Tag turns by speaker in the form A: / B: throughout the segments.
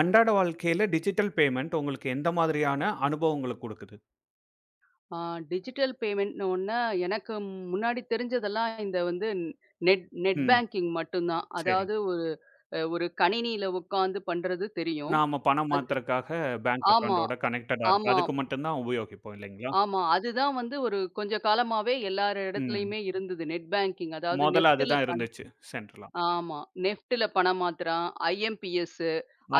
A: அன்றாட வாழ்க்கையில digital payment உங்களுக்கு எந்த மாதிரியான அனுபவங்கள குடுக்குது?
B: ஆ டிஜிட்டல் பேமெண்ட்ன ஒன்ன, எனக்கு முன்னாடி தெரிஞ்சதெல்லாம் இந்த வந்து நெட் நெட்
A: ம்.
B: பேங்கிங் மட்டும் தான்.
A: சரி.
B: அதாவது ஒரு கணினியில உட்காந்து பண்றது தெரியும்.
A: நாம பணம்
B: அது
A: மாத்துறக்காக பேங்க்
B: ஆமா,
A: அக்கவுண்டோட கனெக்டடா இருக்கு.
B: ஆமா,
A: அதுக்கு மட்டும் தான் உபயோகிப்போம் இல்லைங்களா?
B: ஆமா. அதுதான் வந்து ஒரு கொஞ்ச காலமாவே எல்லார்
A: ம்.
B: இடத்துலயுமே இருந்தது. நெட் பேங்கிங் அதாவது
A: மொதல்ல
B: நெஃப்ட்ல
A: அதுதான்
B: பண.
A: இருந்துச்சு சென்ட்ரலா.
B: ஆமா. நெஃப்ட்ல பணம் மாத்துறான், ஐஎம்பிஎஸ்,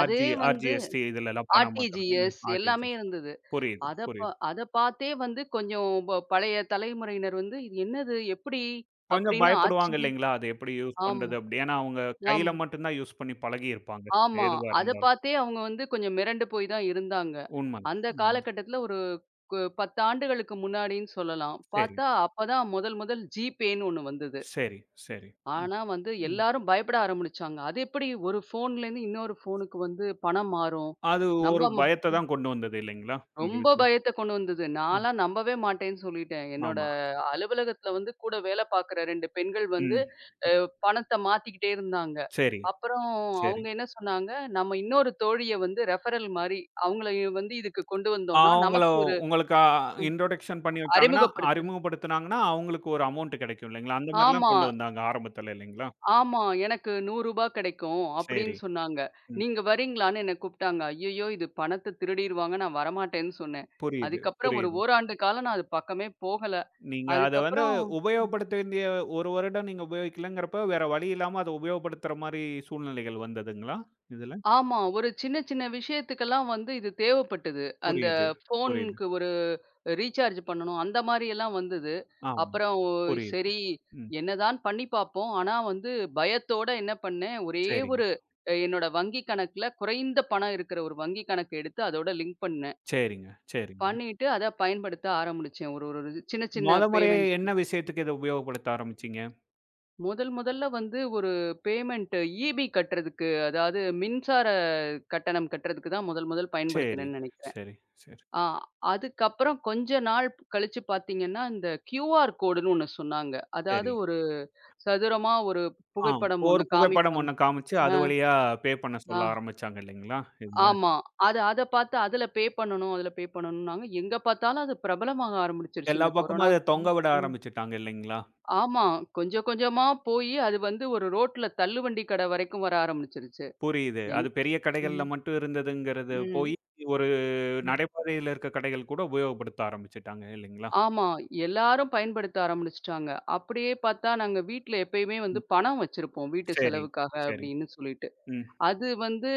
B: அதே வந்து
A: ஆர்ஜிஎஸ்டி இதுலலாம் பணம் மாத்துறது. ம்.
B: ஆர்டிஜிஎஸ் எல்லாமே
A: ஆர்டிஜிஎஸ்.
B: இருந்தது.
A: புரியுது, புரியுது.
B: அத பார்த்தே வந்து கொஞ்சம் பழைய தலைமுறையினர் வந்து, "இது என்னது? எப்படி?"
A: கொஞ்சம்
B: அப்படின்னு
A: பயப்படுவாங்க
B: ஆச்சரிய.
A: இல்லைங்களா? அது எப்படி யூஸ்
B: ஆமா,
A: பண்றது அப்படி? ஏன்னா, அவங்க
B: ஆமா,
A: கையில மட்டும் தான் யூஸ் பண்ணி பழகியிருப்பாங்க.
B: ஆமா.
A: எதுவா
B: அத
A: இருந்தாலும்.
B: பார்த்தே அவங்க வந்து கொஞ்சம் மிரண்டு போய் தான் இருந்தாங்க.
A: உண்மதான்,
B: அந்த
A: உண்மதான்.
B: காலகட்டத்தில ஒரு 10 ஆண்டுகளுக்கு முன்னாடின்னு சொல்லலாம்.
A: சரி,
B: பார்த்தா அப்பதான் முதல் முதல் ஜிபேன்னு ஒண்ணு வந்தது.
A: சரி, சரி. ம்,
B: ஆனா வந்து
A: ம்.
B: எல்லாரும் பயப்பட ஆரம்பிச்சாங்க. "அது எப்படி ஒரு ஃபோன்லேருந்து இன்னொரு ஃபோனுக்கு வந்து பணம் மாறும்?
A: அது
B: நம்ப
A: ஒரு பயத்த தான் கொண்டு வந்தது இல்லைங்களா? அந்த
B: ரொம்ப
A: விஷயம்.
B: பயத்த கொண்டு வந்தது.
A: ம்.
B: நான்லாம் நம்பவே மாட்டேன்னு சொல்லிட்டேன். என்னோட
A: ஆமா.
B: அலுவலகத்துல வந்து கூட வேல பார்க்குற 2 பெண்கள் வந்து
A: ம்.
B: அ பணத்த மாத்திக்கிட்டே இருந்தாங்க.
A: சரி,
B: அப்புறம்
A: சரி.
B: அவங்க என்ன சொன்னாங்க, நம்ம இன்னொரு தோழிய வந்து ரெஃபரல் மாரி அவங்கள வந்து இதுக்கு கொண்டு வந்தோம்னா,
A: அவங்கள
B: நமக்கு ஒரு
A: உங்களுக்கு இன்ட்ரோடக்ஷன் பண்ணி வச்சாங்கன்னா,
B: அறிமுகப்படுத்து.
A: அறிமுகப்படுத்துனாங்கன்னா, அவங்களுக்கு ஒரு அமௌண்ட் கிடைக்கும் இல்லைங்களா? அந்த மாரிலாம்
B: ஆமா,
A: கொண்டு வந்தாங்க ஆரம்பத்துல இல்லைங்களா?
B: ஆமா. எனக்கு ரூ. 100 கிடைக்கும் அப்படின்னு
A: சரி.
B: சொன்னாங்க.
A: ம்.
B: நீங்க வரீங்களான்னு என்ன கூப்பிட்டாங்க. ஐயய்யோ! இது பணத்த திருடிருவாங்க. நான் வரமாட்டேன்னு சொன்னேன்.
A: புரியுது,
B: அதுக்கப்புறம் ஒரு
A: புரியுது.
B: ஓராண்டு காலம் நான் அது பக்கமே போகல.
A: நீங்க அத வந்து
B: அதுக்கப்புறம்
A: உபயோகப்படுத்த வேண்டிய 1 வருடம் நீங்க உபயோகிக்கலங்கிறப்ப, வேற வழி இல்லாம அத உபயோகப்படுத்துற மாரி சூழ்நிலைகள் வந்ததுங்களா? இதுல?
B: ஆமா. ஒரு சின்ன சின்ன விஷயத்துக்கெல்லாம் வந்து இது தேவைப்பட்டது. அந்த
A: புரியுது, புரியுது.
B: ஃபோனுக்கு ஒரு ரீசார்ஜ் பண்ணணும். அந்த மாரி எல்லாம் வந்தது.
A: ஆமா.
B: அப்புறம்
A: புரியுது.
B: சரி
A: ம்.
B: என்னதான் பண்ணி பார்ப்போம். ஆனா வந்து பயத்தோட என்ன பண்ணேன், ஒரே
A: சரிங்க,
B: ஒரு என்னோட வங்கி கணக்குல குறைந்த பணம் இருக்கிற ஒரு வங்கி கணக்கு எடுத்து அதோட லிங்க் பண்ணேன்.
A: சரிங்க, சரிங்க.
B: பண்ணிட்டு அத பயன்படுத்த ஆரம்பிச்சேன். ஒரு ஒரு சின்ன சின்ன
A: மொத முறையா
B: பேமெண்ட்டுக்கு.
A: என்ன விஷயத்துக்கு இத உபயோகப்படுத்த ஆரம்பிச்சீங்க?
B: முதல் முதல்ல வந்து ஒரு பேமெண்ட் ஈபி கட்டுறதுக்கு, அதாவது மின்சார கட்டணம் கட்டுறதுக்கு தான் முதல் முதல்
A: சரி,
B: பயன்படுத்தினேன்னு நெனைக்கிறேன்.
A: சரி, சரி,
B: ஆ அதுக்கப்புறம் கொஞ்ச நாள் கழிச்சு பார்த்தீங்கன்னா, இந்த கியூஆர் கோடுன்னு ஒண்ணு சொன்னாங்க.
A: சரி.
B: அதாவது ஒரு சதுரமா ஒரு
A: ஆம்.
B: புகைப்படம்
A: ஒரு
B: ஒண்ணு
A: புகைப்படம்
B: காமிப்பாங்க.
A: ஒண்ண காமிச்சு,
B: ஆ,
A: அது வழியா பே பண்ண
B: ஆ,
A: சொல்ல ஆரம்பிச்சாங்க இல்லைங்களா? இதுல.
B: ஆமா. அத பார்த்து அதுல பே பண்ணணும், அதுல பே பண்ணணும்னாங்க. எங்க பார்த்தாலும் அது பிரபலமாக ஆரம்பிச்சிருச்சு
A: எல்லா
B: இந்த
A: பக்கமும் அத
B: கொரோனாக்கு
A: தொங்க
B: ம்,
A: விட
B: ம்.
A: ஆரம்பிச்சுட்டாங்க இல்லைங்களா?
B: ஆமா. கொஞ்சம் கொஞ்சமா போயி அது வந்து ஒரு ரோட்ல தள்ளுவண்டி கடை வரைக்கும் வர ஆரம்பிச்சிருச்சு.
A: புரியுது.
B: எங்
A: அது பெரிய கடைகள்ல
B: ம்,
A: மட்டும் இருந்ததுங்கிறது போயி, ஒரு
B: ம்.
A: நடைபாதையில இருக்க கடைகள் கூட உபயோகப்படுத்த ஆரம்பிச்சுட்டாங்க இல்லைங்களா?
B: ஆமா. எல்லாரும் பயன்படுத்த ஆரம்பிச்சுட்டாங்க. அப்படியே பார்த்தா நாங்க வீட்ல எப்பயுமே
A: ம்.
B: வந்து பணம் வச்சிருப்போம். வீட்டு
A: சரி,
B: செலவுக்காக
A: சரி.
B: அப்படின்னு சொல்லிட்டு.
A: ம்.
B: அது வந்து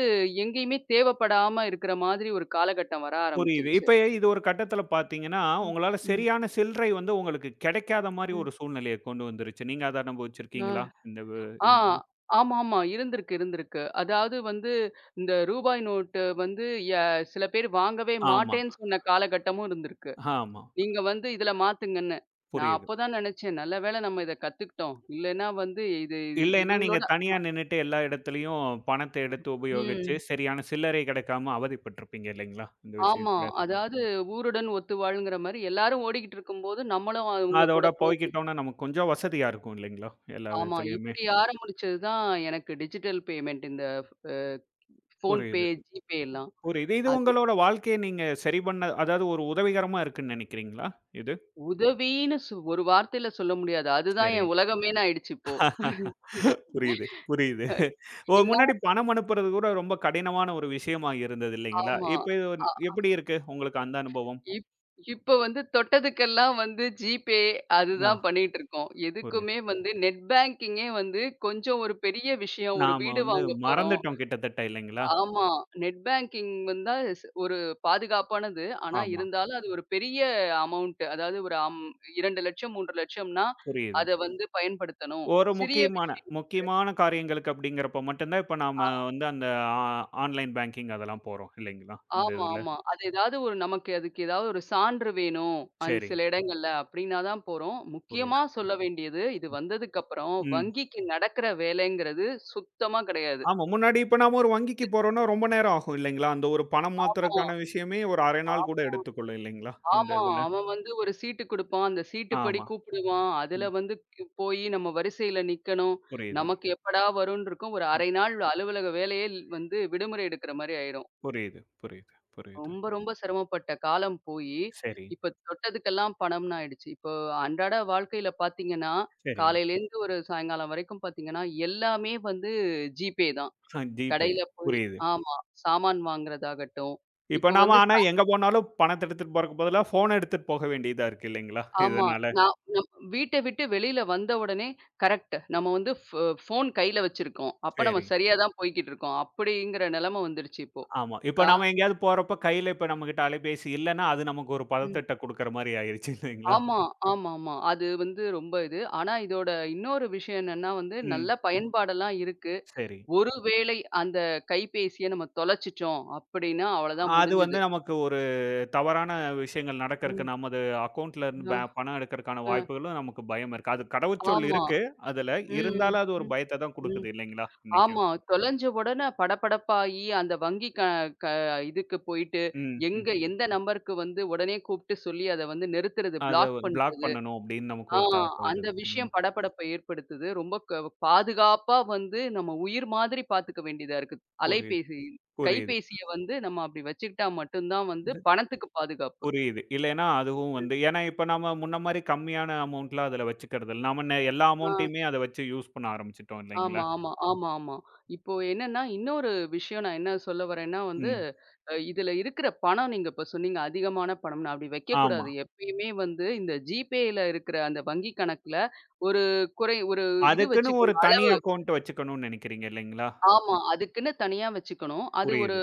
B: எங்கேயுமே தேவைப்படாம இருக்கிற மாதிரி ஒரு காலகட்டம் வர
A: புரியுது.
B: ஆரம்பிச்சிருச்சு.
A: இப்ப இது ஒரு கட்டத்தில பார்த்தீங்கன்னா,
B: ம்.
A: உங்களால
B: ம்.
A: சரியான சில்லறை வந்து உங்களுக்கு கிடைக்காத மாரி
B: ம்.
A: ஒரு சூழ்நிலைய கொண்டு வந்துருச்சு. நீங்க அத அனுபவிச்சிருக்கீங்களா?
B: அ.
A: இந்த வ
B: ஆ.
A: இதுனால?
B: ஆமாமா. இருந்திருக்கு, இருந்திருக்கு. அதாவது வந்து இந்த ரூபாய் நோட்டு வந்து ய சில பேர் வாங்கவே
A: ஆமா,
B: மாட்டேன்னு சொன்ன காலகட்டமும் இருந்திருக்கு.
A: ஆமா.
B: நீங்க வந்து இதுல மாத்துங்கன்னு. நான்
A: புரியுது.
B: அப்பதான் நெனச்சேன். நல்ல வேளை நம்ம இத கத்துக்கிட்டோம். இல்லன்னா வந்து இது இது
A: இல்லைன்னா நீங்க
B: இவங்களோட.
A: தனியா நின்னுட்டு எல்லா இடத்துலயும் பணத்த எடுத்து உபயோகிச்சு,
B: ம்.
A: சரியான சில்லறை கிடைக்காம அவதிப்பட்டுருப்பீங்க இல்லைங்களா? இந்த
B: ஆமா.
A: விஷயத்துல.
B: அதாவது ஊருடன் ஒத்து வாழ்ங்கிற மாரி எல்லாரும் ஓடிக்கிட்டு இருக்கும்போது, நம்மளும் அவங்க
A: அதோட
B: கூட போகணும்.
A: போய்க்கிட்டோம்னா நமக்கு கொஞ்சம் வசதியா இருக்கும் இல்லைங்களா? எல்லா
B: ஆமா.
A: விதத்துலயுமே.
B: இப்படி ஆரம்பிச்சது தான் எனக்கு டிஜிட்டல் பேமெண்ட் இந்த அ ஃபோன்பே,
A: புரியுது,
B: ஜிபே எல்லாம்.
A: புரியுது. இது
B: அது
A: உங்களோட வாழ்க்கைய நீங்க சரி பண்ண அதாவது ஒரு உதவிகரமா இருக்குன்னு நினைக்கிறீங்களா இது?
B: உதவின்னு ஒரு வார்த்தையில சொல்ல முடியாது. அதுதான்
A: சரி.
B: என் உலகமேன்னு ஆயிடுச்சு இப்போ.
A: புரியுது, புரியுது.
B: அ
A: ஓ!
B: ஏன்னா
A: முன்னாடி பணம் அனுப்புறது கூட ரொம்ப கடினமான ஒரு விஷயமா இருந்தது இல்லைங்களா?
B: ஆமா.
A: இப்ப இது
B: அ
A: எப்படி இருக்கு உங்களுக்கு அந்த அனுபவம்?
B: இப் இப்ப வந்து தொட்டதுக்கெல்லாம் வந்து ஜிபே
A: ஆ
B: அதுதான் பண்ணிட்டு இருக்கோம்.
A: புரியுது.
B: எதுக்குமே வந்து நெட் பேங்கிங்கே வந்து கொஞ்சம் ஒரு பெரிய விஷயம். ஒரு
A: நாம
B: வீடு
A: வந்து
B: வாங்க போறோம்.
A: மறந்துட்டோம் கிட்டத்தட்ட இல்லைங்களா?
B: ஆமா. நெட் பேங்கிங் வந்தா ஒரு பாதுகாப்பானது. ஆனா
A: ஆமா,
B: இருந்தாலும் அது ஒரு பெரிய அமௌண்ட். அதாவது ஒரு 2,00,000 3,00,000ன்னா
A: புரியுது.
B: அத வந்து பயன்படுத்தணும்.
A: ஒரு
B: சிறிய
A: முக்கியமான
B: விஷயம்.
A: முக்கியமான காரியங்களுக்கு அப்படிங்கிறப்ப மட்டும் தான் இப்ப நாம
B: ஆ
A: வந்து அந்த ஆ ஆன்லைன் பேங்கிங் அதெல்லாம் போறோம் இல்லைங்களா? இந்த
B: ஆமா,
A: இதுல.
B: ஆமா. அது ஏதாவது ஒரு நமக்கு அதுக்கு ஏதாவது ஒரு சான்று வேணும். அது
A: சரி,
B: சில இடங்கள்ல அப்படின்னா தான் போறோம். முக்கியமா
A: புரியுது.
B: சொல்ல வேண்டியது இது வந்ததுக்கப்புறம்
A: ம்.
B: வங்கிக்கு நடக்கிற வேலைங்கிறது சுத்தமா கிடையாது.
A: ஆமா. முன்னாடி இப்ப நாம ஒரு வங்கிக்கு போறோம்னா, ரொம்ப நேரம் ஆகும் இல்லைங்களா? அந்த ஒரு பணம்
B: ஆமா.
A: மாத்துறதுக்கான விஷயமே ஒரு 1/2 நாள் கூட எடுத்துக்கொள்ளும் இல்லைங்களா? இந்த
B: ஆமா.
A: இதுல.
B: அவன் வந்து ஒரு சீட்டு குடுப்பான். அந்த சீட்டுப்படி
A: ஆமா.
B: கூப்பிடுவான். அதுல
A: ம்.
B: வந்து போயி நம்ம வரிசையில நிக்கணும்.
A: புரியுது.
B: நமக்கு எப்படா வரும்ன்னு இருக்கும். ஒரு
A: ம்.
B: 1/2 நாள் அலுவலக வேலையே வந்து விடுமுறை எடுக்கிற மாரி ஆயிரும்.
A: புரியுது, புரியுது, புரியுது.
B: ரொம்ப, ரொம்ப சிரமப்பட்ட காலம் போயி,
A: சரி,
B: இப்ப தொட்டதுக்கெல்லாம் பணம்ன்னு ஆயிடுச்சு. இப்போ அன்றாட வாழ்க்கையில பார்த்தீங்கன்னா,
A: சரி.
B: காலையிலேருந்து ஒரு சாயங்காலம் வரைக்கும் பார்த்தீங்கன்னா, எல்லாமே வந்து ஜிபே தான்.
A: ஜிபே.
B: கடையில போய்
A: புரியுது.
B: ஆமா. சாமான் வாங்குறதாகட்டும்,
A: இப்ப
B: இப்போ
A: நாம
B: வந்து
A: ஆனா எங்க போனாலும் பணத்த எடுத்துட்டு போறதுக்கு பதிலா ஃபோன எடுத்துட்டு போக வேண்டியதா இருக்கு இல்லைங்களா?
B: ஆமா.
A: இதனால.
B: நான் நம் வீட்ட விட்டு வெளியில வந்த உடனே கரெக்ட். நம்ம வந்து ஃபோன் கையில வச்சிருக்கோம். அப்ப நம்ம
A: சரி.
B: சரியா தான் போய்க்கிட்டு இருக்கோம். அப்படிங்கிற நிலைமை வந்துருச்சு இப்போ.
A: ஆமா. இப்ப
B: கா
A: நாம எங்கேயாவது போறப்ப கையில இப்ப நம்மகிட்ட அலைபேசி இல்லன்னா, அது நமக்கு ஒரு
B: ம்.
A: பதட்டத்த குடுக்குற மாரி ஆயிருச்சு இல்லைங்களா?
B: ஆமா, ஆமாமா. அது வந்து ரொம்ப இது. ஆனா இதோட இன்னொரு விஷயம் என்னன்னா வந்து
A: ம்.
B: நல்ல பயன்பாடெல்லாம் இருக்கு.
A: சரி.
B: ஒருவேளை அந்த கைபேசிய நம்ம தொலைச்சுட்டோம் அப்படின்னா அவ்வளதான்
A: அது வந்து
B: முடிஞ்சுது.
A: நமக்கு ஒரு தவறான விஷயங்கள் நடக்கறக்கு,
B: ம்.
A: நமது அக்கவுண்ட்ல இருந்து
B: அ,
A: பணம் எடுக்கறக்கான
B: அ.
A: வாய்ப்புகளும் நமக்கு பயம் இருக்கு. அது கடவுச்சொல்
B: ஆமா.
A: இருக்கு அதுல.
B: ம்,
A: இருந்தாலும் அது ஒரு
B: ம்,
A: பயத்த தான்
B: ம்.
A: குடுக்குது இல்லைங்களா? இன்னைக்கும்.
B: ஆமா. தொலைஞ்ச உடனே படபடப்பாயி, அந்த வங்கி க க இதுக்கு போயிட்டு,
A: ம், ம்.
B: எங்க எந்த நம்பருக்கு வந்து உடனே கூப்பிட்டு சொல்லி அத வந்து நிறுத்துறது,
A: அத
B: பிளாக்
A: பிளாக்
B: பண்றது.
A: பண்ணணும் அப்படின்னு நமக்கு
B: ஆ
A: ஒரு தாட்
B: அந்த
A: ஓடுது. ம்.
B: விஷயம் படபடப்ப ஏற்படுத்துது. ரொம்ப பாதுகாப்பா வந்து நம்ம உயிர் மாதிரி பார்த்துக்க வேண்டியதா இருக்கு.
A: புரியுது,
B: அலைபேசி
A: புரியுது.
B: கைபேசிய வந்து நம்ம அப்படி வச்சுக்கிட்டா மட்டும் தான் வந்து
A: இது
B: பணத்துக்கு பாதுகாப்பு.
A: புரியுது. இல்லைன்னா அதுவும் வந்து ஏன்னா இப்ப நம்ம முன்ன மாரி கம்மியான அமௌண்ட்லாம் அதுல வச்சுக்கிறது இல்ல. நாம எல்லா
B: ஆ.
A: அமௌண்ட்டயுமே அத வச்சு யூஸ் பண்ண ஆரம்பிச்சுட்டோம் இல்லைங்களா?
B: ஆமா, ஆமா, ஆமா, ஆமா. இப்போ என்னன்னா, இன்னொரு விஷயம் நான் என்ன சொல்ல வரேன்னா வந்து,
A: ம்.
B: இதுல இருக்கிற பணம் நீங்க இப்ப சொன்னீங்க, அதிகமான பணம்னு. அப்படி
A: ஆமா.
B: வைக்கக்கூடாது. எப்பயுமே வந்து இந்த GPayல இருக்கிற அந்த வங்கி கணக்குல ஒரு குறை ஒரு இது
A: அதுக்குன்னு ஒரு
B: வச்சுக்கணும்.
A: தனி
B: அளவு.
A: அக்கவுண்ட் வச்சுக்கணும்னு நெனைக்கிறீங்க இல்லைங்களா?
B: ஆமா. அதுக்குன்னு தனியா வச்சுக்கணும். அது ஒரு
A: புரியுது.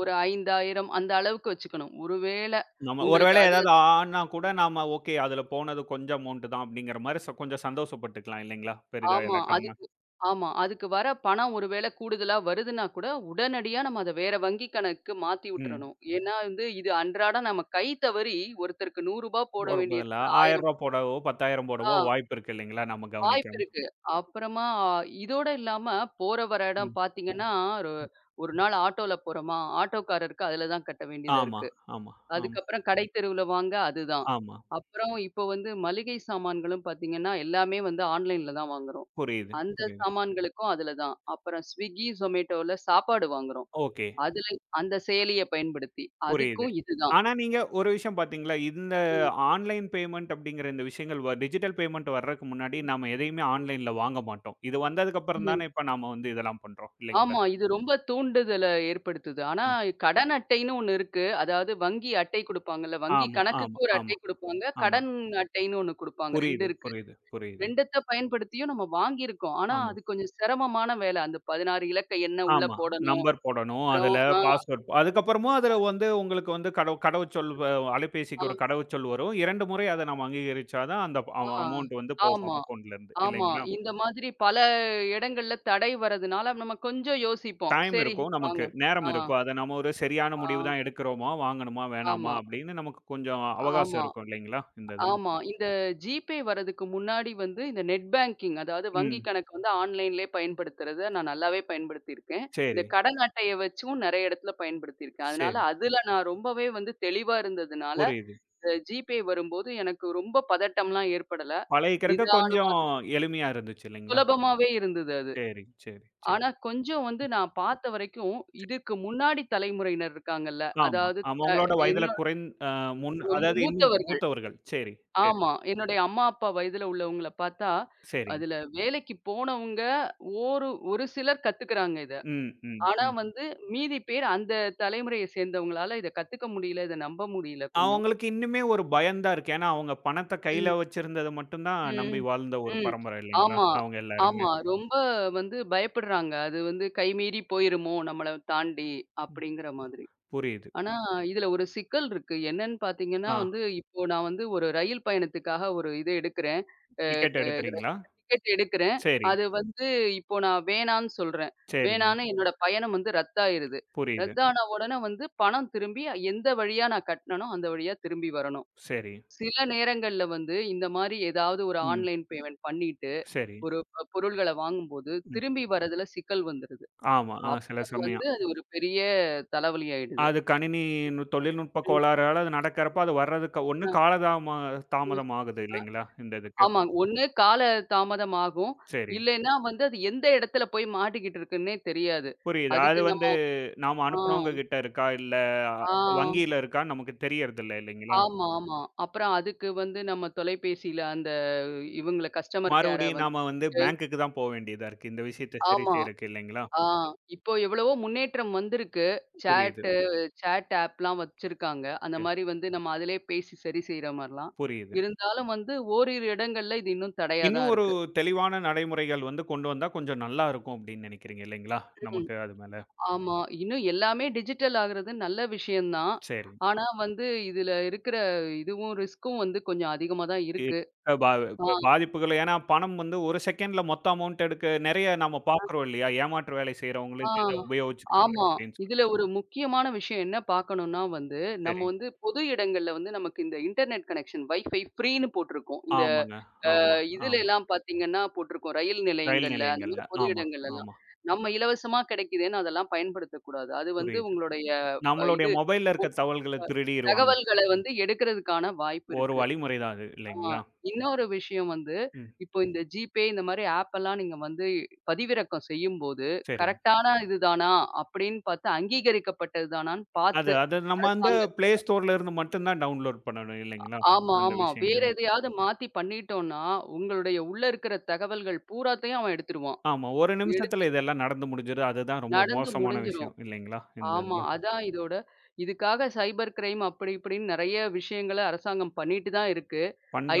B: ஒரு 5,000 அந்த அளவுக்கு வச்சுக்கணும். ஒருவேளை
A: நம்ம
B: உங்களுக்கு
A: ஒருவேளை ஏதாவது ஆன்னா கூட நாம ஓகே அதுல போனது கொஞ்சம் அமௌண்ட் தான் அப்படிங்கிற மாரி கொஞ்சம் சந்தோஷப்பட்டுக்கலாம் இல்லைங்களா? பெரிதா
B: ஆமா.
A: இழக்காம.
B: அதுக்கு ஆமா. அதுக்கு வர பணம் ஒரு வேள கூடுதலா வருதுன்னா கூட, உடனடியா நம்ம அத வேற வங்கி கணக்குக்கு மாத்தி
A: ம்.
B: விட்டுறணும். ஏன்னா வந்து இது அன்றாடம் நம்ம கை தவறி ஒருத்தருக்கு ரூ. 100 போட
A: ஒரு
B: வேண்டிய
A: பதிலா
B: இடத்துல
A: ரூ.
B: ரூ.
A: 1000
B: 1,000
A: போடவோ, 10,000
B: ஆ
A: போடவோ வாய்ப்பு இருக்கு இல்லைங்களா? நம்ம
B: வாய்ப்பு
A: கவனிக்காம.
B: இருக்கு. அப்புறமா இதோட இல்லாம போற வர இடம்
A: ம்.
B: பார்த்தீங்கன்னா, ஒரு
A: ம்.
B: ஒரு நாள் ஆட்டோல போறோமா, ஆட்டோக்காரருக்கு அதுல தான் கட்ட வேண்டியதா
A: ஆமா,
B: இருக்கு.
A: ஆமா, ஆமா,
B: அதுக்கப்புறம் கடை தெருவுல வாங்க அதுதான்.
A: ஆமா.
B: அப்புறம் இப்போ வந்து மளிகை சாமான்களும் பார்த்தீங்கன்னா, எல்லாமே வந்து ஆன்லைன்ல தான் வாங்குறோம்.
A: புரியுது,
B: அந்த
A: புரியுது.
B: சாமான்களுக்கும் அதுல தான். அப்புறம் Swiggy, Zomatoல சாப்பாடு வாங்குறோம்.
A: ஓகே.
B: அதுல அந்த செயலிய பயன்படுத்தி.
A: புரியுது.
B: அதுக்கும் இதுதான்.
A: ஆனா நீங்க ஒரு விஷயம் பார்த்தீங்களா? இந்த
B: ம்.
A: ஆன்லைன் பேமெண்ட் அப்படிங்கிற இந்த விஷயங்கள் டிஜிட்டல் பேமெண்ட் வர்றதுக்கு முன்னாடி நாம எதையுமே ஆன்லைன்ல வாங்க மாட்டோம். இது வந்ததுக்கு அப்புறம்
B: ம்.
A: தானே இப்ப நாம வந்து இதெல்லாம் பண்றோம் இல்லைங்களா?
B: ஆமா. இது ரொம்ப தூண்டுதல ஏற்படுத்துது. ஆனா
A: ம்.
B: கடன் அட்டைன்னு ஒண்ணு இருக்கு. அதாவது வங்கி அட்டை குடுப்பாங்கல்ல. வங்கி
A: ஆமா, ஆமா,
B: கணக்குக்கு ஒரு
A: ஆமா,
B: அட்டை குடுப்பாங்க.
A: ஆமா.
B: கடன் அட்டைன்னு ஒண்ணு குடுப்பாங்க. 2
A: புரியுது,
B: இருக்கு.
A: புரியுது, புரியுது.
B: 2த்த பயன்படுத்தியும் நம்ம வாங்கியிருக்கோம். ஆனா,
A: ஆமா,
B: அது கொஞ்சம் சிரமமான வேலை. அந்த 16 இலக்க எண்ண உள்ள
A: ஆமா.
B: போடணும்.
A: நம்பர் போடணும்.
B: அப்புறம்
A: அதுல
B: ஆ,
A: பாஸ்வேர்ட் அதுக்கப்புறமும் அதுல வந்து உங்களுக்கு வந்து கடவுச்சொல்
B: ஆ,
A: அலைபேசிக்கு ஒரு கடவுச்சொல் வரும். 2 முறை அத நம்ம அங்கீகரிச்சா தான் அந்த
B: ஆ.
A: அமௌண்ட் வந்து போகும்
B: ஆமா,
A: அக்கவுண்ட்லருந்து
B: ஆமா.
A: இல்லைங்களா?
B: இந்த மாதிரி பல இடங்கள்ல தடை வர்றதுனால நம்ம கொஞ்சம் யோசிப்போம்.
A: டைம்
B: சரி
A: இருக்கும் நமக்கு,
B: வாங்க.
A: நேரம்
B: ஆ,
A: இருக்கும். அத நம்ம ஒரு சரியான
B: ஆ.
A: முடிவு தான் எடுக்கிறோமா, வாங்கணுமா, வேணாமா
B: ஆமா,
A: அப்படின்னு நமக்கு கொஞ்சம் அவகாசம்
B: ஆமா.
A: இருக்கும் இல்லைங்களா? இந்த இதுல.
B: ஆமா. இந்த ஜிபே வரதுக்கு முன்னாடி வந்து இந்த நெட் பேங்கிங் அதாவது வங்கி
A: ம்.
B: கணக்கு வந்து ஆன்லைன்லேயே பயன்படுத்துறத நான் நல்லாவே பயன்படுத்தியிருக்கேன். இந்த
A: சரி,
B: கடன் அட்டைய வச்சும் நெறைய இடத்துல பயன்படுத்தியிருக்கேன். அதனால
A: சரி.
B: அதுல நான் ரொம்பவே வந்து தெளிவா இருந்ததுனால,
A: புரியுது.
B: ஜிபே வரும்போது எனக்கு ரொம்ப பதட்டம்லாம் ஏற்படல.
A: பழகிக்கிறக்கு
B: நிதானமா
A: கொஞ்சம் எளிமையா இருந்துச்சு இல்லைங்களா?
B: சுலபமாவே இருந்தது அது.
A: சரி, சரி, சரி.
B: ஆனா கொஞ்சம் வந்து நான் பார்த்த வரைக்கும், இதுக்கு முன்னாடி தலைமுறையினர் இருக்காங்கல்ல,
A: ஆமா.
B: அதாவது
A: ஆமா.
B: அ
A: உங்களோட வயதில
B: இன்னும்
A: குறைந் அ முன் அதாவது இன்னும்
B: மூத்தவர்கள்.
A: மூத்தவர்கள். சரி, சரி,
B: ஆமா. என்னுடைய அம்மா, அப்பா வயதுல உள்ளவங்கள பார்த்தா,
A: சரிங்க.
B: அதுல வேலைக்கு போனவங்க ஒரு ஒரு சிலர் கத்துக்குறாங்க இத.
A: ம், ம்,
B: ஆனா
A: ம்.
B: வந்து மீதி பேர் அந்த தலைமுறைய சேர்ந்தவங்களால இத கத்துக்க முடியல. இத நம்ப முடியல கொஞ்சம்.
A: அவங்களுக்கு இன்னுமே ஒரு பயம் தான் இருக்கு. ஏன்னா, அவங்க பணத்த கையில
B: ம்.
A: வச்சிருந்தத மட்டும் தான் நம்பி
B: ம்.
A: வாழ்ந்த ஒரு
B: ம்.
A: பரம்பரை இல்லைங்களா?
B: ஆமா.
A: அவங்க எல்லாருமே.
B: ஆமா. ரொம்ப வந்து பயப்படுறாங்க. அது வந்து கைமீறி போயிருமோ! நம்மள தாண்டி,
A: ம்.
B: அப்படிங்கிற மாதிரி.
A: புரியுது.
B: ஆனா, இதுல ஒரு சிக்கல் இருக்கு. என்னன்னு பார்த்தீங்கன்னா
A: ஆ
B: வந்து, இப்போ நான் வந்து ஒரு ரயில் பயணத்துக்காக ஒரு இது எடுக்கிறேன். அ
A: டிக்கெட்
B: க ர
A: எடுக்குறீங்களா?
B: டிக்கெட் எடுக்கிறேன்.
A: சரி,
B: அது வந்து இப்போ நான் வேணான்னு சொல்றேன்.
A: சரிங்க.
B: வேணான்னு என்னோட பயணம் வந்து ரத்தாயிருது.
A: புரியுது.
B: ரத்தான உடனே வந்து பணம் திரும்பி எந்த வழியா நான் கட்டினேனோ, அந்த வழியா திரும்பி வரணும்.
A: சரி.
B: சில நேரங்கள்ல வந்து இந்த மாரி ஏதாவது ஒரு
A: ம்.
B: ஆன்லைன் பேமெண்ட் பண்ணிட்டு,
A: சரி.
B: ஒரு பொருள்கள வாங்கும்போது,
A: ம்.
B: திரும்பி வரதுல சிக்கல் வந்துருது.
A: ஆமா. சில
B: அப்போ வந்து
A: சமயம்.
B: அது ஒரு பெரிய தலைவலி ஆயிடுது.
A: அது கணினி நு தொழில்நுட்ப கோளாறால அது நடக்கிறப்ப அது வர்றதுக்கு ஒண்ணு தாமதம் ஆகுது இல்லைங்களா? இந்த இதுக்கு.
B: ஆமா. ஒண்ணு கால தாமதம் ஆகும்.
A: சரி.
B: இல்லைன்னா வந்து அது எந்த இடத்துல போய் மாட்டிக்கிட்டு இருக்குன்னே தெரியாது.
A: புரியுது. அது
B: அதுக்கு நம்ம
A: வந்து நாம
B: ஆ,
A: அனுப்புனவங்க கிட்ட இருக்கா? இல்ல
B: ஆ,
A: வங்கியில இருக்கான்னு நமக்கு தெரியறதில்ல இல்லைங்களா?
B: ஆமா, ஆமா. அப்புறம் அதுக்கு வந்து நம்ம தொலைபேசியில அந்த இவங்கள கஸ்டமர் கேர
A: மறுபடியும்
B: வந்து
A: நாம வந்து பேங்க்குக்கு தான் போ வேண்டியதா இருக்கு. இந்த விஷயத்த சரி
B: ஆமா.
A: செய்றக்கு இல்லைங்களா?
B: ஆ இப்போ எவ்வளவோ முன்னேற்றம் வந்திருக்கு.
A: புரியுது.
B: சேட்டு சேட் ஆப்லாம் வச்சிருக்காங்க. அந்த
A: அ
B: மாரி வந்து நம்ம அதிலயே பேசி சரி செய்ற மாரிலாம்.
A: புரியுது.
B: இருந்தாலும் வந்து ஓரிரு இடங்கள்ல இது இன்னும் தடையா
A: இன்னும்
B: தான்
A: ஒரு
B: இருக்கு.
A: தெளிவான நடைமுறைகள் வந்து கொண்டு வந்தா கொஞ்சம் நல்லா இருக்கும் அப்டின்னு நெனைக்கிறீங்க இல்லைங்களா?
B: ம்.
A: நமக்கு அது மேல.
B: ஆமா. இன்னும் எல்லாமே டிஜிட்டல் ஆகுறது நல்ல விஷயம் தான்.
A: சரி.
B: ஆனா வந்து இதுல இருக்கிற இதுவும் ரிஸ்க்கும் வந்து கொஞ்சம் அதிகமா தான்
A: இ
B: இருக்கு.
A: அ பா
B: ஆ,
A: பாதிப்புகள் ஏன்னா பணம் வந்து 1 செகண்ட்ல மொத்த அமௌண்ட் எடுக்க நெறைய நம்ம பார்க்குறோம் இல்லையா? ஏமாற்று வேலை செய்றவங்களும்
B: ஆ.
A: இத இத உபயோகிச்சுக்கிறாங்க
B: ஆமா.
A: அப்டின்னு சொல்லி.
B: இதுல ஒரு முக்கியமான விஷயம் என்ன பார்க்கணும்னா வந்து,
A: சரி.
B: நம்ம வந்து பொது இடங்கள்ல வந்து நமக்கு இந்த இன்டர்நெட் கனெக்ஷன் வைஃபை ஃப்ரீன்னு போட்டிருக்கும். இந்த
A: ஆமாங்க. ஆமா,
B: இதுல
A: ஆமா.
B: எல்லாம் பார்த்தீங்கன்னா போட்டிருக்கும். ரயில்
A: ரயில்
B: நிலையங்கள்ல அந்த
A: நிலையங்கள்ல.
B: மாதிரி பொது
A: ஆமா,
B: இடங்கள்லலாம்.
A: ஆமா.
B: நம்ம இலவசமா கிடைக்குதேன்னு அதெல்லாம் பயன்படுத்தக்கூடாது. அது வந்து
A: புரியுது.
B: உங்களுடைய அ
A: நம்மளுடைய
B: இது
A: மொபைல்ல இருக்க தகவல்கள திருடிருவாங்க.
B: தகவல்கள வந்து எடுக்கிறதுக்கான வாய்ப்பு
A: ஒரு
B: இருக்கு.
A: வழிமுறை தான் அது
B: ஆ
A: இல்லைங்களா?
B: இன்னொரு விஷயம் வந்து,
A: ம்.
B: இப்போ இந்த ஜிபே இந்த மாரி ஆப் எல்லாம் நீங்க வந்து பதிவிறக்கம் செய்யும்போது,
A: சரிங்க.
B: கரெக்ட்டான இது தானா? அப்படின்னு பார்த்து அங்கீகரிக்கப்பட்டது தானான்னு
A: அது
B: பார்த்து
A: அது நம்ம வந்து
B: அரசாங்க.
A: Play Storeல இருந்து மட்டும் தான் டவுன்லோட் பண்ணணும் இல்லைங்களா?
B: ஆமா,
A: அந்த
B: ஆமா. வேற
A: விஷயங்கள்.
B: எதையாவது மாத்தி பண்ணிட்டோம்னா, உங்களுடைய உள்ள இருக்கிற தகவல்கள் பூராத்தையும் அவன் எடுத்துருவான்.
A: ஆமா. ஒரு
B: எடுத்து
A: நிமிஷத்துல இதெல்லாம் நடந்து முடிஞ்சுரும். அதுதான் ரொம்ப
B: நடந்து
A: மோசமான
B: முடிஞ்சிரும்.
A: விஷயம் இல்லைங்களா? இந்த
B: ஆமா.
A: இதுல.
B: அதான் இதோட இதுக்காக சைபர் கிரைம் அப்படி இப்படின்னு நெறைய விஷயங்கள அரசாங்கம் பண்ணிட்டு தான் இருக்கு.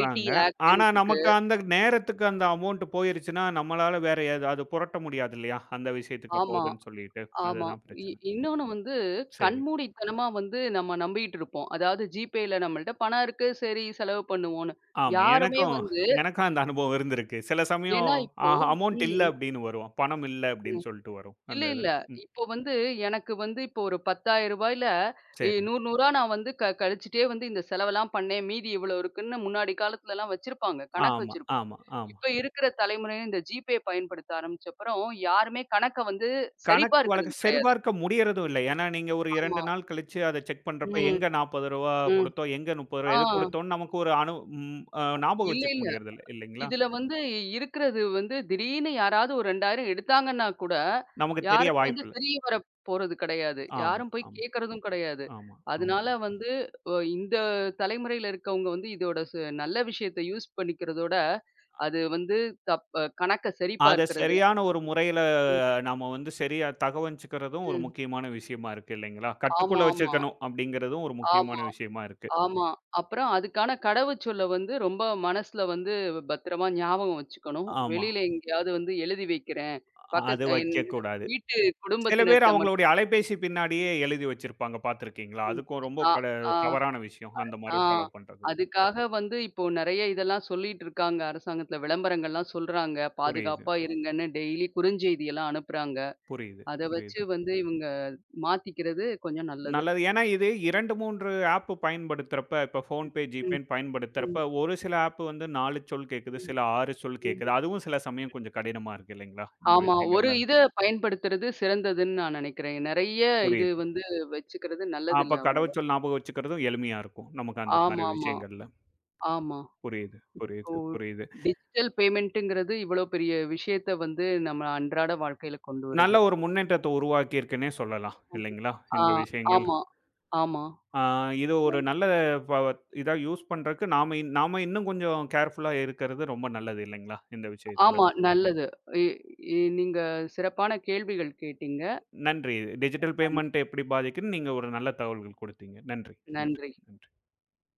B: ஐடி ஆக்ட்ன்னு
A: ஆனா
B: இருக்கு.
A: நமக்கு அந்த நேரத்துக்கு அந்த அமௌண்ட் போயிருச்சுன்னா, நம்மளால வேற ஏதாவது புரட்ட முடியாது இல்லையா? அந்த விஷயத்துக்கு
B: ஆமா.
A: போகுதுன்னு சொல்லிட்டு.
B: ஆமா.
A: அதுதான்
B: இ
A: பிரச்சனை.
B: இன்னொன்னு வந்து
A: சரி.
B: கண்மூடித்தனமா வந்து நம்ம நம்பிட்டு இருப்போம். அதாவது ஜிபேல நம்மள்ட்ட பணம் இருக்கு, சரி செலவு பண்ணுவோம்ன்னு.
A: ஆமா.
B: யாருமே
A: எனக்கும்
B: வந்து
A: எனக்கும் அந்த அனுபவம் இருந்திருக்கு. சில சமயம்
B: ஏன்னா இப்போ
A: அமௌண்ட் இல்ல
B: ம்,
A: அப்படின்னு வரும். பணம் இல்ல அப்படின்னு
B: ம்.
A: சொல்லிட்டு வரும்.
B: இல்ல,
A: அந்த இதில.
B: இல்ல.
A: ம்.
B: இப்போ வந்து எனக்கு வந்து இப்போ ஒரு ரூ. 10,000ல
A: சரி.
B: 100 100ஆ நான் வந்து கழிச்சுட்டே வந்து இந்த செலவெல்லாம் பண்ணேன். மீதி இவ்வளோ இருக்குன்னு முன்னாடி காலத்துலலாம் வச்சிருப்பாங்க. கணக்கு
A: ஆமா,
B: வச்சிருப்பாங்க.
A: ஆமா, ஆமா.
B: இப்ப இருக்கிற தலைமுறை இந்த ஜிபே பயன்படுத்த ஆரம்பிச்சப்புறம், யாருமே கணக்க வந்து சரி
A: கணக்கு வழக்கு
B: பார்க்கிறது கிடையாது.
A: சரிபார்க்க முடியறதும் இல்ல. ஏன்னா, நீங்க ஒரு
B: ஆமா.
A: 2 நாள் கழிச்சு அத செக் பண்றப்ப,
B: ம்,
A: எங்க ரூ. 40
B: ம்.
A: குடுத்தோம், எங்க ரூ. 30
B: ஆ.
A: எது குடுத்தோம்னு நமக்கு ஒரு அனு ம் அ ஞாபகம்
B: இல்ல,
A: வச்சுக்க
B: இல்ல.
A: முடியறதில்ல, இல்லைங்களா?
B: இதுல வந்து இருக்கிறது வந்து திடீர்னு யாராவது ஒரு 2,000 எடுத்தாங்கன்னா கூட,
A: நமக்கு தெரிய
B: யாருக்கும் வந்து
A: வாய்ப்பில்ல.
B: தெரிய வர போறது கிடையாது.
A: ஆமா,
B: யாரும் போய்
A: ஆமா,
B: கேட்கறதும் கிடையாது.
A: ஆமா, ஆமா.
B: அதனால வந்து இந்த தலைமுறையில இருக்கவங்க வந்து இதோட நல்ல விஷயத்த யூஸ் பண்ணிக்கிறதோட, அது வந்து தப் கணக்க சரி
A: அத
B: பார்க்கிறது.
A: சரியான ஒரு முறையில நாம வந்து சரியா தகவஞ்சுக்கிறதும் ஒரு
B: ம்.
A: முக்கியமான விஷயமா இருக்கு இல்லைங்களா?
B: ஆமா,
A: கட்டுக்குள்ள
B: ஆமா.
A: வச்சுக்கணும் அப்படிங்கிறதும் ஒரு முக்கியமான
B: ஆமா.
A: விஷயமா இருக்கு.
B: ஆமா. அப்புறம் அதுக்கான கடவுச்சொல்ல வந்து ரொம்ப மனசுல வந்து பத்திரமா ஞாபகம் வச்சுக்கணும்.
A: ஆமா.
B: வெளியில எங்கேயாவது வந்து எழுதி வைக்கிறேன்.
A: அது
B: பக்கத் என்
A: வைக்கக்கூடாது.
B: வீட்டு
A: சில பேர்
B: குடும்பத்தினர்ட்ட
A: அவங்களுடைய
B: மட்டும்.
A: அலைபேசி பின்னாடியே எழுதி வச்சிருப்பாங்க பார்த்திருக்கீங்களா?
B: ம்.
A: அதுக்கும் ரொம்ப
B: ஆ, ஆ,
A: தவறான விஷயம். அந்த
B: ஆ.
A: மாரி ஃபாலோ பண்றது.
B: அதுக்காக வந்து இப்போ நெறைய இதெல்லாம் சொல்லிட்டு இருக்காங்க. அரசாங்கத்தில விளம்பரங்கள்லாம் சொல்றாங்க.
A: புரியுது,
B: பாதுகாப்பா இருங்கன்னு டெய்லி குறுஞ்செய்தியெல்லாம் அனுப்புறாங்க.
A: புரியுது,
B: அத வச்சு
A: புரியுது.
B: வந்து இவங்க மாத்திக்கிறது கொஞ்சம் நல்லது.
A: நல்லது. ஏன்னா இது 2, 3 ஆப் பயன்படுத்துறப்ப இப்ப ஃபோன்பே,
B: ம்,
A: ஜிபேன்னு
B: ம்,
A: பயன்படுத்துறப்ப ஒரு சில ஆப் வந்து 4 சொல் கேட்குது,
B: ம்,
A: சில 6 சொல்
B: ம்.
A: கேட்குது. அதுவும் சில சமயம் கொஞ்சம் கடினமா இருக்கு இல்லைங்களா? இந்த
B: ஆமா. ஒரு
A: விஷயங்கள்ல.
B: இத பயன்படுத்துறது சிறந்ததுன்னு நான் நினைக்கிறேன். நெறைய இது
A: புரியுது.
B: வந்து வச்சுக்கிறது
A: அப்ப
B: நல்லதில்ல அவ்வளவா.
A: கடவுச்சொல் ஞாபகம் வச்சுக்கிறதும் எளிமையா இருக்கும். நமக்கு அந்த மாரி
B: ஆமாமா.
A: விஷயங்கள்ல.
B: ஆமா. ஆமா.
A: புரியுது,
B: ஓ!
A: புரியுது, புரியுது.
B: டிஜிட்டல் பேமெண்ட்டுங்கிறது இவ்வளோ பெரிய விஷயத்த வந்து நம்ம அன்றாட வாழ்க்கையில கொண்டு
A: நல்ல
B: வருது.
A: ஒரு முன்னேற்றத்த உருவாக்கியிருக்குன்னே சொல்லலாம். இல்லைங்களா?
B: ஆ
A: இந்த விஷயங்கள்.
B: ஆமா, ஆமா,
A: ஆ இது ஒரு நல்ல ப இதா யூஸ் பண்றக்கு நாம இன்னும் கொஞ்சம் கேர்ஃபுல்லா இருக்கிறது ரொம்ப நல்லது இல்லைங்களா? இந்த விஷயத்துல.
B: ஆமா நல்லது. இ இ நீங்க சிறப்பான கேள்விகள் கேட்டீங்க.
A: நன்றி. டிஜிட்டல்
B: நன்றி.
A: பேமெண்ட் எப்படி பாதிக்குதுன்னு நீங்க ஒரு நல்ல தகவல்கள் குடுத்தீங்க. நன்றி, நன்றி,
B: நன்றி.
A: நன்றி.